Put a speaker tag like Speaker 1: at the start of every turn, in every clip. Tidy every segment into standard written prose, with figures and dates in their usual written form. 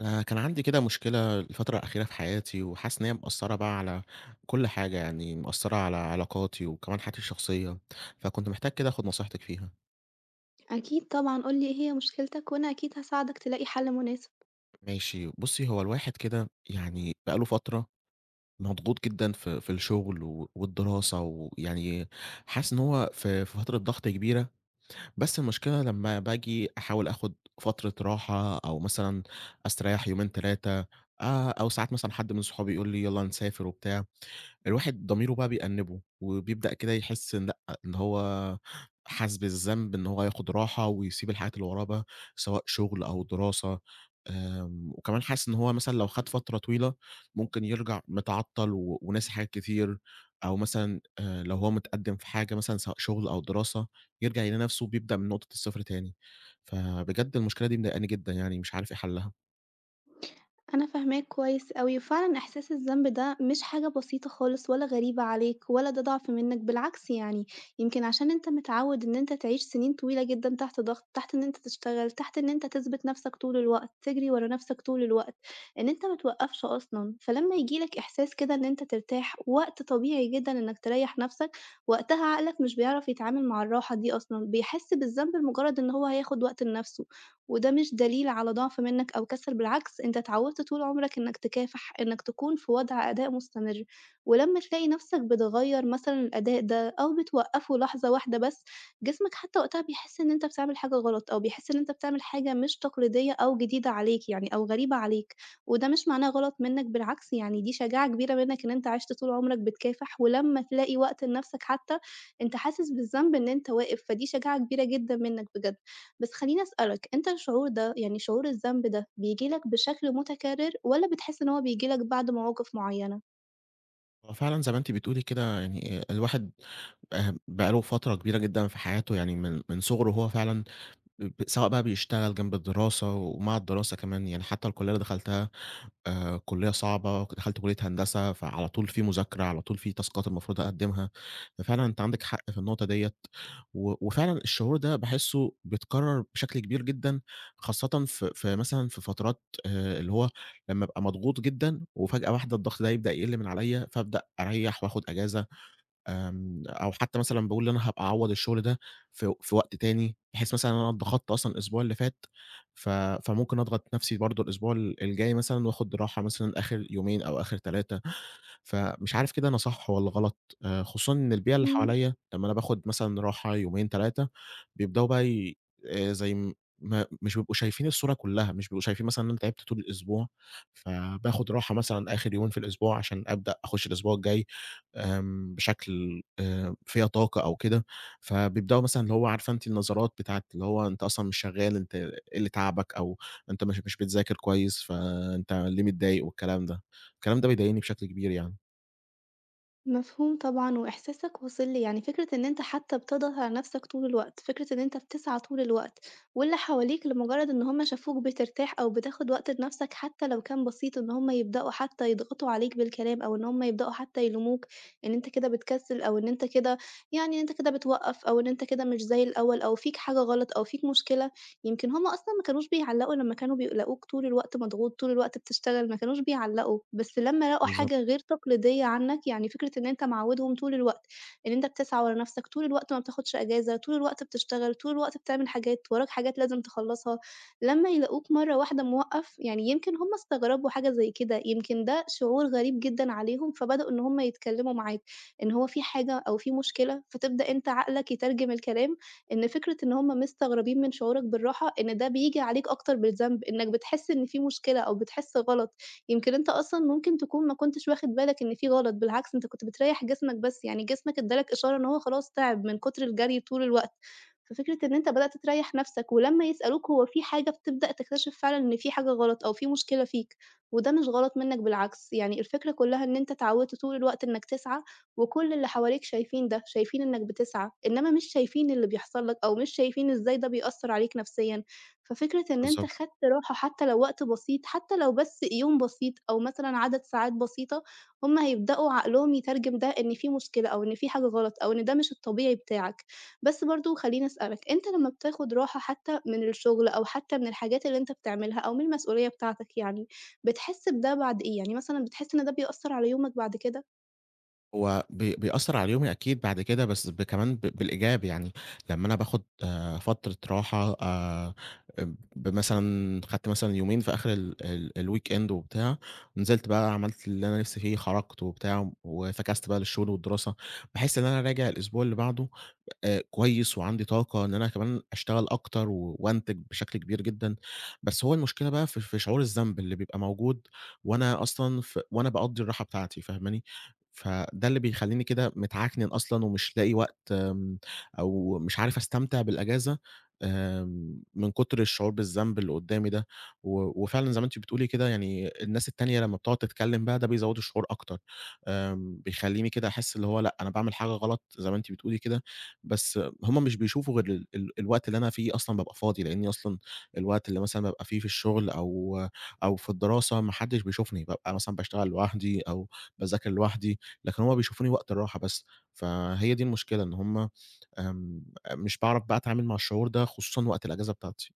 Speaker 1: أنا كان عندي كده مشكلة الفترة الأخيرة في حياتي، وحاسس إن هي مأثّرة بقى على كل حاجة، يعني مأثّرة على علاقاتي وكمان حياتي الشخصية، فكنت محتاج كده آخُد نصيحتِك فيها.
Speaker 2: أكيد طبعًا، قُل لي إيه هي مشكلتك وأنا أكيد هاساعدك تلاقي حل مناسب.
Speaker 1: ماشي، بُصّي، هو الواحد كده يعني بقى له فترة مضغوط جدًا في الشغل والدراسة، ويعني حاسس إن هو في فترة ضغط كبيرة، بس المشكلة لمّا باجي أحاول آخُد فترة راحة أو مثلًا أستريّح يومين، 3 أو ساعات مثلًا حد من صحابي يقول لي يالّا نسافر وبتاع، الواحد ضميره بقى بيأنِّبه، وبيبدأ كده يحس إن لأ، إن هو حاسس بالذنب إن هو ياخد راحة ويسيب الحاجات اللي وراه بقى، سواء شغل أو دراسة. وكمان حاسس إن هو مثلًا لو خد فترة طويلة ممكن يرجع متعطّل وناسي حاجات كتير، أو مثلًا لو هو متقدِّم في حاجة مثلًا سواء شغل أو دراسة، يرجع يلاقي نفسه بيبدأ من نقطة الصفر تاني، فبجد المشكلة دي مضايقاني جدًا يعني مش عارف إيه حلّها.
Speaker 2: أنا فاهماك كويس أوي، وفعلًا إحساس الذنب ده مش حاجة بسيطة خالص ولا غريبة عليك ولا ده ضعف منّك، بالعكس يعني يمكن عشان أنت متعوّد إن أنت تعيش سنين طويلة جدًا تحت ضغط، تحت إن أنت تشتغل، تحت إن أنت تثبت نَفْسك طول الوقت، تجري ورا نَفْسك طول الوقت، إن أنت ما توقّفش أصلًا، فلمّا ييجي لك إحساس كده إن أنت ترتاح وقت طبيعي جدًا إنّك تريّح نَفْسك، وقتها عقلك مش بيعرف يتعامل مع الراحة دي أصلًا، بيحس بالذنب لمجرّد إن هو هياخُد وقت لنَفْسه. وده مش دليل على ضعف منّك أو كسل، بالعكس أنت اتعوّدت طول عمرك إنّك تكافح، إنّك تكون في وضع أداء مستمر، ولمّا تلاقي نَفْسك بتغيّر مثلًا الأداء ده أو بتوقّفه لحظة واحدة بس، جسمك حتى وقتها بيحس إن أنت بتعمل حاجة غلط أو بيحس إن أنت بتعمل حاجة مش تقليدية أو جديدة عليك يعني أو غريبة عليك، وده مش معناه غلط منّك بالعكس يعني دي شجاعة كبيرة منّك إن أنت عِشت طول عمرك بتكافح، ولمّا تلاقي وقت لنَفْسك حتى أنت حاسس بالذنب إن أنت واقف، فدي شجاعة كبيرة جدًا منّك بجد. بس خلّيني أسألك، أنت الشعور ده يعني شعور الذنب ده بييجي لك بشكل متكرر والّا بتحس إن هو بييجي لك بعد مواقف معيّنة؟
Speaker 1: هو فعلًا زي ما أنتِ بتقولي كده يعني آه، الواحد بقى له فترة كبيرة جدًا في حياته، يعني من صغره وهو فعلًا سواء بقى بيشتغل جنب الدراسة ومع الدراسة كمان، يعني حتى الكلية اللي دخلتها كلية صعبة، دخلت كلية هندسة، فعلى طول في مذاكرة، على طول في تاسكات المفروض أقدّمها، ففعلًا أنت عندك حق في النقطة ديّة، وفعلًا الشعور ده باحسه بيتكرر بشكل كبير جدًا، خاصةً في مثلًا في فترات اللي هو لمّا أبقى مضغوط جدًا وفجأة واحدة الضغط ده يبدأ يقل من عليَّ، فابدأ أريّح وآخد أجازة. أو حتى مثلًا باقول أنا هابقى أعوّض الشغل ده في وقت تاني، بحيث مثلًا إن أنا اتضغطت أصلًا الأسبوع اللي فات، ف فممكن أضغط نفسي برضه الأسبوع الجاي مثلًا وآخُد راحة مثلًا آخر يومين أو آخر 3. فمش عارف كده أنا صح والّا غلط؟ خصوصًا إن البيئة اللي
Speaker 2: إمم،
Speaker 1: حواليّا لمّا أنا باخد مثلًا راحة يومين 3 بيبدؤوا بقى ي زي ما مش بيبقوا شايفين الصورة كلّها، مش بيبقوا شايفين مثلًا إن أنا تعبت طول الأسبوع، فباخد راحة مثلًا آخر يومين في الأسبوع عشان أبدأ أخش الأسبوع الجاي بشكل فيّا طاقة أو كده، فبيبدؤوا مثلًا اللي هو عارفة أنتِ النظرات بتاعة اللي هو أنت أصلًا مش شغال، أنت إيه اللي تعبك؟ أو أنت مش بتذاكر كويس، فأنت ليه متضايق والكلام ده، الكلام ده بيضايقني بشكل كبير يعني.
Speaker 2: مفهوم طبعًا وإحساسك واصل لي، يعني فكرة إن أنت حتى بتضغط على نَفْسك طول الوقت، فكرة إن أنت بتسعى طول الوقت واللي حواليك لمجرد إن هم شافوك بترتاح أو بتاخد وقت لنَفْسك حتى لو كان بسيط إن هم يبدؤوا حتى يضغطوا عليك بالكلام أو إن هم يبدؤوا حتى يلوموك إن أنت كده بتكسِّل أو إن أنت كده يعني إن أنت كده بتوقّف أو إن أنت كده مش زي الأول أو فيك حاجة غلط أو فيك مشكلة. يمكن هُم أصلًا ما كانوش بيعلّقوا لمّا كانوا بيلاقوك طول الوقت مضغوط، طول الوقت بتشتغل، ما كانوش بيعلّقوا، بس لمّا لقوا
Speaker 1: بالضبط.
Speaker 2: حاجة غير تقليدية عنّك، يعني فكرة إن أنت معوّدهم طول الوقت إن أنت بتسعى ورا نَفْسك، طول الوقت ما بتاخدش إجازة، طول الوقت بتشتغل، طول الوقت بتعمل حاجات، وراك حاجات لازم تخلّصها، لمّا يلاقوك مرّة واحدة موقّف، يعني يمكن هُم استغربوا حاجة زي كده، يمكن ده شعور غريب جدًا عليهم، فبدؤوا إن هُم يتكلّموا معاك، إن هو في حاجة أو في مشكلة، فتبدأ أنت عقلك يترجم الكلام إن فكرة إن هم مستغربين من شعورك بالراحة، إن ده بييجي عليك أكتر بالذنب، إنك بتحس إن في مشكلة أو بتحس غلط، يمكن أنت أصلًا ممكن تكون ما كنتش واخد بالك إن في غلط، بالعكس أنت كنت بتريّح جسمك بس، يعني جسمك ادّى لك إشارة إن هو خلاص تعب من كتر الجري طول الوقت، ففكرة إن أنت بدأت تريّح نفسك، ولمّا يسألوك هو في حاجة بتبدأ تكتشف فعلًا إن في حاجة غلط أو في مشكلة فيك، وده مش غلط منك بالعكس، يعني الفكرة كلّها إن أنت اتعودت طول الوقت إنك تسعى وكل اللي حواليك شايفين ده، شايفين إنّك بتسعى، إنّما مش شايفين اللي بيحصل لك أو مش شايفين إزاي ده بيأثّر عليك نفسيًا. ففكرة إن أنت
Speaker 1: بالضبط.
Speaker 2: خدت راحة حتى لو وقت بسيط، حتى لو بس يوم بسيط أو مثلًا عدد ساعات بسيطة، هم هيبدؤوا عقلهم يترجم ده إن في مشكلة أو إن في حاجة غلط أو إن ده مش الطبيعي بتاعك. بس برضه خلّيني أسألك، أنت لمّا بتاخد راحة حتى من الشغل أو حتى من الحاجات اللي أنت بتعملها أو من المسؤولية بتاعتك يعني، بتحس بده بعد إيه؟ يعني مثلًا بتحس إن ده بيأثّر على يومك بعد كده؟
Speaker 1: هو بيأثّر على يومي أكيد بعد كده، بس كمان بالإيجاب يعني، لمّا أنا باخد فترة راحة مثلًا خدت مثلًا يومين في آخر ال ال الweekend وبتاع، نزلت بقى عملت اللي أنا نِفْسي فيه، خرجت وبتاع وفكست بقى للشغل والدراسة، باحس إن أنا راجع الأسبوع اللي بعده كويس وعندي طاقة إن أنا كمان أشتغل أكتر وأنتج بشكل كبير جدًا، بس هو المشكلة بقى في شعور الذنب اللي بيبقى موجود وأنا أصلًا وأنا باقضّي الراحة بتاعتي فاهماني؟ فده اللي بيخلّيني كده متعكنن أصلًا ومش لاقي وقت، أو مش عارف أستمتع بالأجازة، من كتر الشعور بالذنب اللي قدّامي ده، وفعلًا زي ما أنتِ بتقولي كده يعني الناس التانية لمّا بتقعد تتكلم بقى ده بيزوّد الشعور أكتر، بيخلّيني كده أحس اللي هو لأ أنا باعمل حاجة غلط زي ما أنتِ بتقولي كده بس هم مش بيشوفوا غير ال ال الوقت اللي أنا فيه أصلًا بابقى فاضي، لإني أصلًا الوقت اللي مثلًا بابقى فيه في الشغل أو في الدراسة ما حدش بيشوفني، بابقى مثلًا باشتغل لوحدي أو باذاكر لوحدي، لكن هم بيشوفوني وقت الراحة بس، فهي دي المشكلة إن هم آمم، مش باعرف بقى أتعامل مع الشعور ده خصوصًا وقت الأجازة بتاعتي.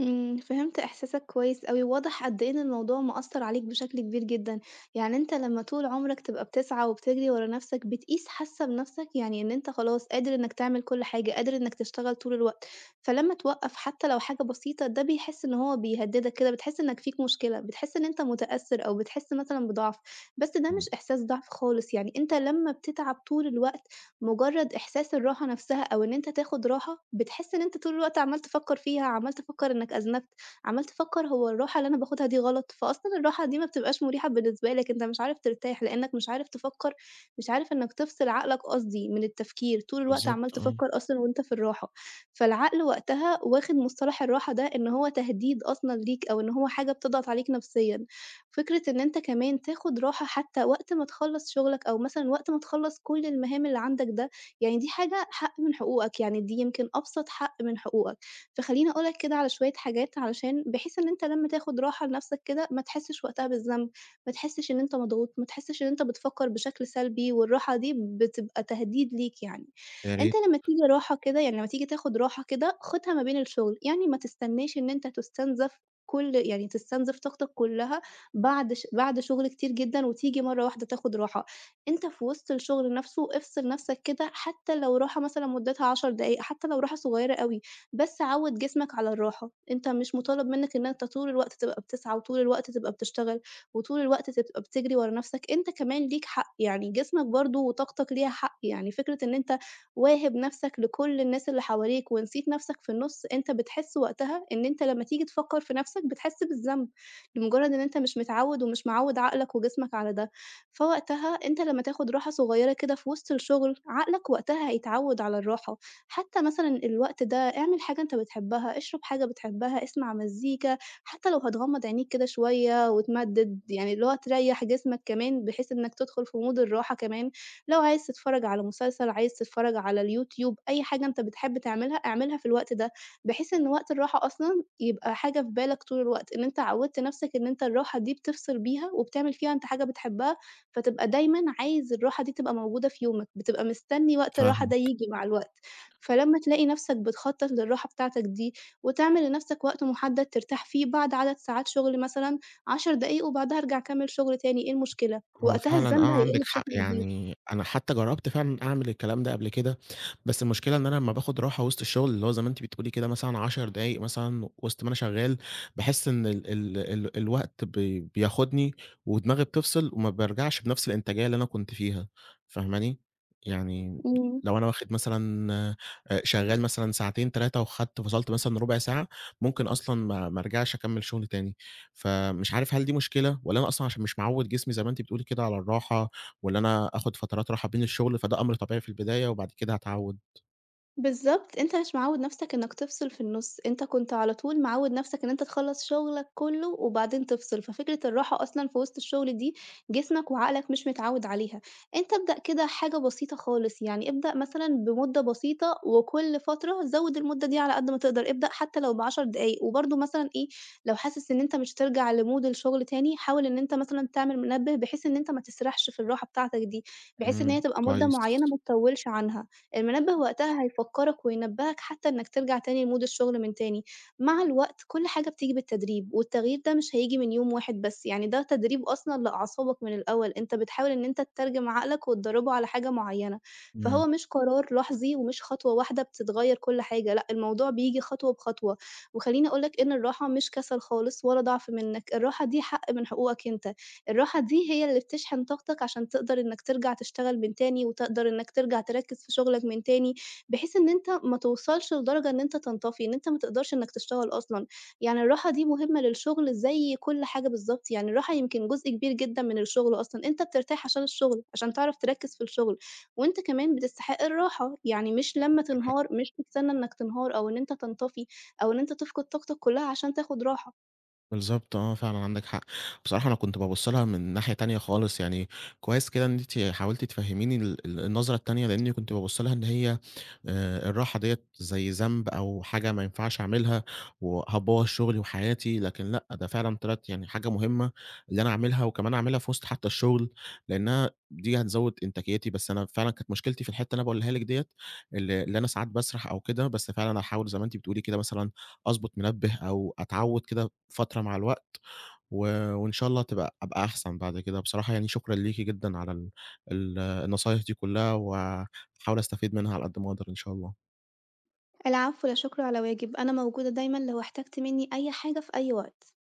Speaker 2: إمم، فهمت إحساسك كويس أوي، واضح قد إيه إن الموضوع مأثّر عليك بشكل كبير جدًا، يعني أنت لمّا طول عمرك تبقى بتسعى وبتجري ورا نَفْسك، بتقيس حاسة بنَفْسك يعني إن أنت خلاص قادر إنّك تعمل كل حاجة، قادر إنّك تشتغل طول الوقت، فلمّا توقّف حتى لو حاجة بسيطة ده بيحس إن هو بيهدّدك كده، بتحس إنّك فيك مشكلة، بتحس إن أنت متأثّر أو بتحس مثلًا بضعف، بس ده
Speaker 1: إمم،
Speaker 2: مش إحساس ضعف خالص، يعني أنت لمّا بتتعب طول الوقت مجرد إحساس الراحة نفسها أو إن أنت تاخد راحة، بتحس إن أنت طول الوقت عمّال تفكّر فيها، عمّال تفكّر إنك أذنبت، عمّال تفكّر هو الراحة اللي أنا باخدها دي غلط، فأصلًا الراحة دي ما بتبقاش مريحة بالنسبة لك، أنت مش عارف ترتاح لإنك مش عارف تفكّر، مش عارف إنك تفصل عقلك قصدي من التفكير، طول الوقت عمّال
Speaker 1: بالضبط آه،
Speaker 2: تفكّر أصلًا وأنت في الراحة، فالعقل وقتها واخد مصطلح الراحة ده إن هو تهديد أصلًا ليك أو إن هو حاجة بتضغط عليك نفسيًا. فكرة إن أنت كمان تاخد راحة حتى وقت ما تخلّص شغلك أو مثلًا وقت ما تخلّص كل المهام اللي عندك ده، يعني دي حاجة حق من حقوقك، يعني دي يمكن أبسط حق من حقوقك. فخلّيني أقول لك كده على شوية حاجات علشان بحيث إن أنت لمّا تاخد راحة لنفسك كده ما تحسّش وقتها بالذنب، ما تحسّش إن أنت مضغوط، ما تحسّش إن أنت بتفكّر بشكل سلبي والراحة دي بتبقى تهديد ليك يعني.
Speaker 1: يا
Speaker 2: أنت
Speaker 1: ريت،
Speaker 2: لمّا تيجي راحة كده يعني لمّا تيجي تاخد راحة كده، خُدها ما بين الشغل، يعني ما تستناش إن أنت تُستنزف كل يعني تستنزف طاقتك كُلّها بعد شغل كتير جدًا وتيجي مرّة واحدة تاخد راحة، أنت في وسط الشغل نَفْسه افصل نَفْسك كده حتى لو راحة مثلًا مُدّتها 10 دقايق، حتى لو راحة صغيّرة أوي، بس عوّد جسمك على الراحة، أنت مش مطالب منّك إن أنت طول الوقت تبقى بتسعى وطول الوقت تبقى بتشتغل وطول الوقت تبقى بتجري ورا نَفْسك، أنت كمان ليك حق، يعني جسمك برضه وطاقتك ليها حق، يعني فكرة إن أنت واهب نَفْسك لكل الناس اللي حواليك ونسيت نَفْسك في النُص، أنت بتحس وقتها إن أنت لمّا تيجي تفكّر في نَفْسك بتحس بالذنب. لمجرد إن أنت مش متعوّد ومش معوّد عقلك وجسمك على ده، فوقتها أنت لمّا تاخد راحة صغيّرة كده في وسط الشغل، عقلك وقتها هيتعوّد على الراحة، حتى مثلًا الوقت ده اعمل حاجة أنت بتحبها، اشرب حاجة بتحبها، اسمع مزيكا، حتى لو هتغمّض عينيك كده شوية وتمدّد، يعني اللي هو تريّح جسمك كمان بحيث إنك تدخل في مود الراحة كمان، لو عايز تتفرّج على مسلسل، عايز تتفرّج على اليوتيوب، أي حاجة أنت بتحب تعملها، اعملها في الوقت ده، بحيث إن وقت الراحة أصلًا يبقى حاجة في بالك طول الوقت، إن أنت عوّدت نَفْسك إن أنت الراحة دي بتفصل بيها وبتعمل فيها أنت حاجة بتحبها، فتبقى دايمًا عايز الراحة دي تبقى موجودة في يومك، بتبقى مستني وقت الراحة ده
Speaker 1: فاهمك.
Speaker 2: ييجي مع الوقت، فلمّا تلاقي نَفْسك بتخطّط للراحة بتاعتك دي وتعمل لنَفْسك وقت محدد ترتاح فيه بعد عدد ساعات شغل مثلًا 10 دقايق وبعدها ارجع كمّل شغل تاني، إيه المشكلة؟
Speaker 1: هو
Speaker 2: وقتها
Speaker 1: فعلًا آه،
Speaker 2: الذنب هيقِل
Speaker 1: عندِك حق،
Speaker 2: بشكل كبير.
Speaker 1: يعني أنا حتى جرّبت فعلًا أعمل الكلام ده قبل كده، بس المشكلة إن أنا لمّا باخد راحة وسط الشغل، اللي هو زي ما أنتِ بتقولي كده مثلًا 10 دقايق مثلًا وسط ما أنا شغال، باحس إن ال ال ال الوقت بياخدني ودماغي بتفصل وما بارجعش بنفس الإنتاجية اللي أنا كنت فيها، فاهماني؟ يعني
Speaker 2: إمم.
Speaker 1: لو أنا واخد مثلًا شغال مثلًا ساعتين، 3 وخدت فصلت مثلًا ربع ساعة، ممكن أصلًا ما أرجعش أكمّل شغل تاني. فمش عارف هل دي مشكلة والّا أنا أصلًا عشان مش معوّد جسمي زي ما أنتِ بتقولي كده على الراحة، والّا أنا آخد فترات راحة بين الشغل فده أمر طبيعي في البداية وبعد كده هاتعوّد؟
Speaker 2: بالضبط، أنت مش معوّد نَفْسك إنّك تفصل في النُص، أنت كنت على طول معوّد نَفْسك إن أنت تخلّص شغلك كُلّه وبعدين تفصل، ففكرة الراحة أصلًا في وسط الشغل دي جسمك وعقلك مش متعوّد عليها، أنت ابدأ كده حاجة بسيطة خالص، يعني ابدأ مثلًا بمدة بسيطة وكل فترة زوِّد المدة دي على قد ما تقدر، ابدأ حتى لو ب10 دقايق، وبرضه مثلًا إيه، لو حاسس إن أنت مش هترجع لmood الشغل تاني، حاول إن أنت مثلًا تعمل منبه بحيث إن أنت ما تسرحش في الراحة بتاعتك دي، بحيث إن هي
Speaker 1: إمم،
Speaker 2: تبقى مدة
Speaker 1: كويس.
Speaker 2: معيّنة ما تطوّلش عنها. المنبه وقتها هيفكّرك وينبّهك حتى إنّك ترجع تاني لمود الشغل من تاني، مع الوقت كل حاجة بتيجي بالتدريب، والتغيير ده مش هييجي من يوم واحد بس، يعني ده تدريب أصلًا لأعصابك من الأول، أنت بتحاول إن أنت تترجم عقلك وتدرّبه على حاجة معيّنة،
Speaker 1: إمم.
Speaker 2: فهو مش قرار لحظي ومش خطوة واحدة بتتغيّر كل حاجة، لأ الموضوع بييجي خطوة بخطوة، وخلّيني أقول لك إن الراحة مش كسل خالص ولا ضعف منّك، الراحة دي حق من حقوقك أنت. الراحة دي هي اللي بتشحن طاقتك عشان تقدر إنك ترجع تشتغل من تاني، وتقدر إنك ترجع تركّز في شغلك من تاني، بحيث إن أنت ما توصلش لدرجة إن أنت تنطفي، إن أنت ما تقدرش إنك تشتغل أصلًا. يعني الراحة دي مهمة للشغل زي كل حاجة بالضبط، يعني الراحة يمكن جزء كبير جدًا من الشغل أصلًا، أنت بترتاح عشان الشغل، عشان تعرف تركّز في الشغل، وأنت كمان بتستحق الراحة، يعني مش لمّا تنهار، مش تستنى إنك تنهار أو إن أنت تنطفي أو إن أنت تفقد طاقتك كلها عشان تاخد راحة.
Speaker 1: بالضبط آه، فعلًا عندِك حق. بصراحة أنا كنت بابُص لها من ناحية تانية خالص، يعني كويس كده إن أنتِ حاولتِ تفهّميني ال ال النظرة التانية، لإنّي كنت بابُص لها إن هي الراحة ديّة زي ذنب أو حاجة ما ينفعش أعملها وهتبوّظ شغلي وحياتي، لكن لأ، ده فعلًا طلعت يعني حاجة مهمة اللي أنا أعملها وكمان أعملها في وسط حتّى الشغل، لإنّها دي هتزوّد إنتاجيتي، بس أنا فعلًا كانت مشكلتي في الحتّة اللي أنا باقولها لِك ديّة، اللي أنا ساعات باسرح أو كده، بس فعلًا هاحاول زي ما أنتِ بتقولي كده مثلًا أضبط منبه أو أتعوّد كده فترة مع الوقت، و وإن شاء الله أبقى أحسن بعد كده. بصراحة يعني شكرًا ليكِ جدًا على ال ال النصايح دي كلّها، وهاحاول أستفيد منها على قد ما أقدر إن شاء الله.
Speaker 2: العفو، لا شكر على واجب، أنا موجودة دايمًا لو احتجت مني أي حاجة في أي وقت.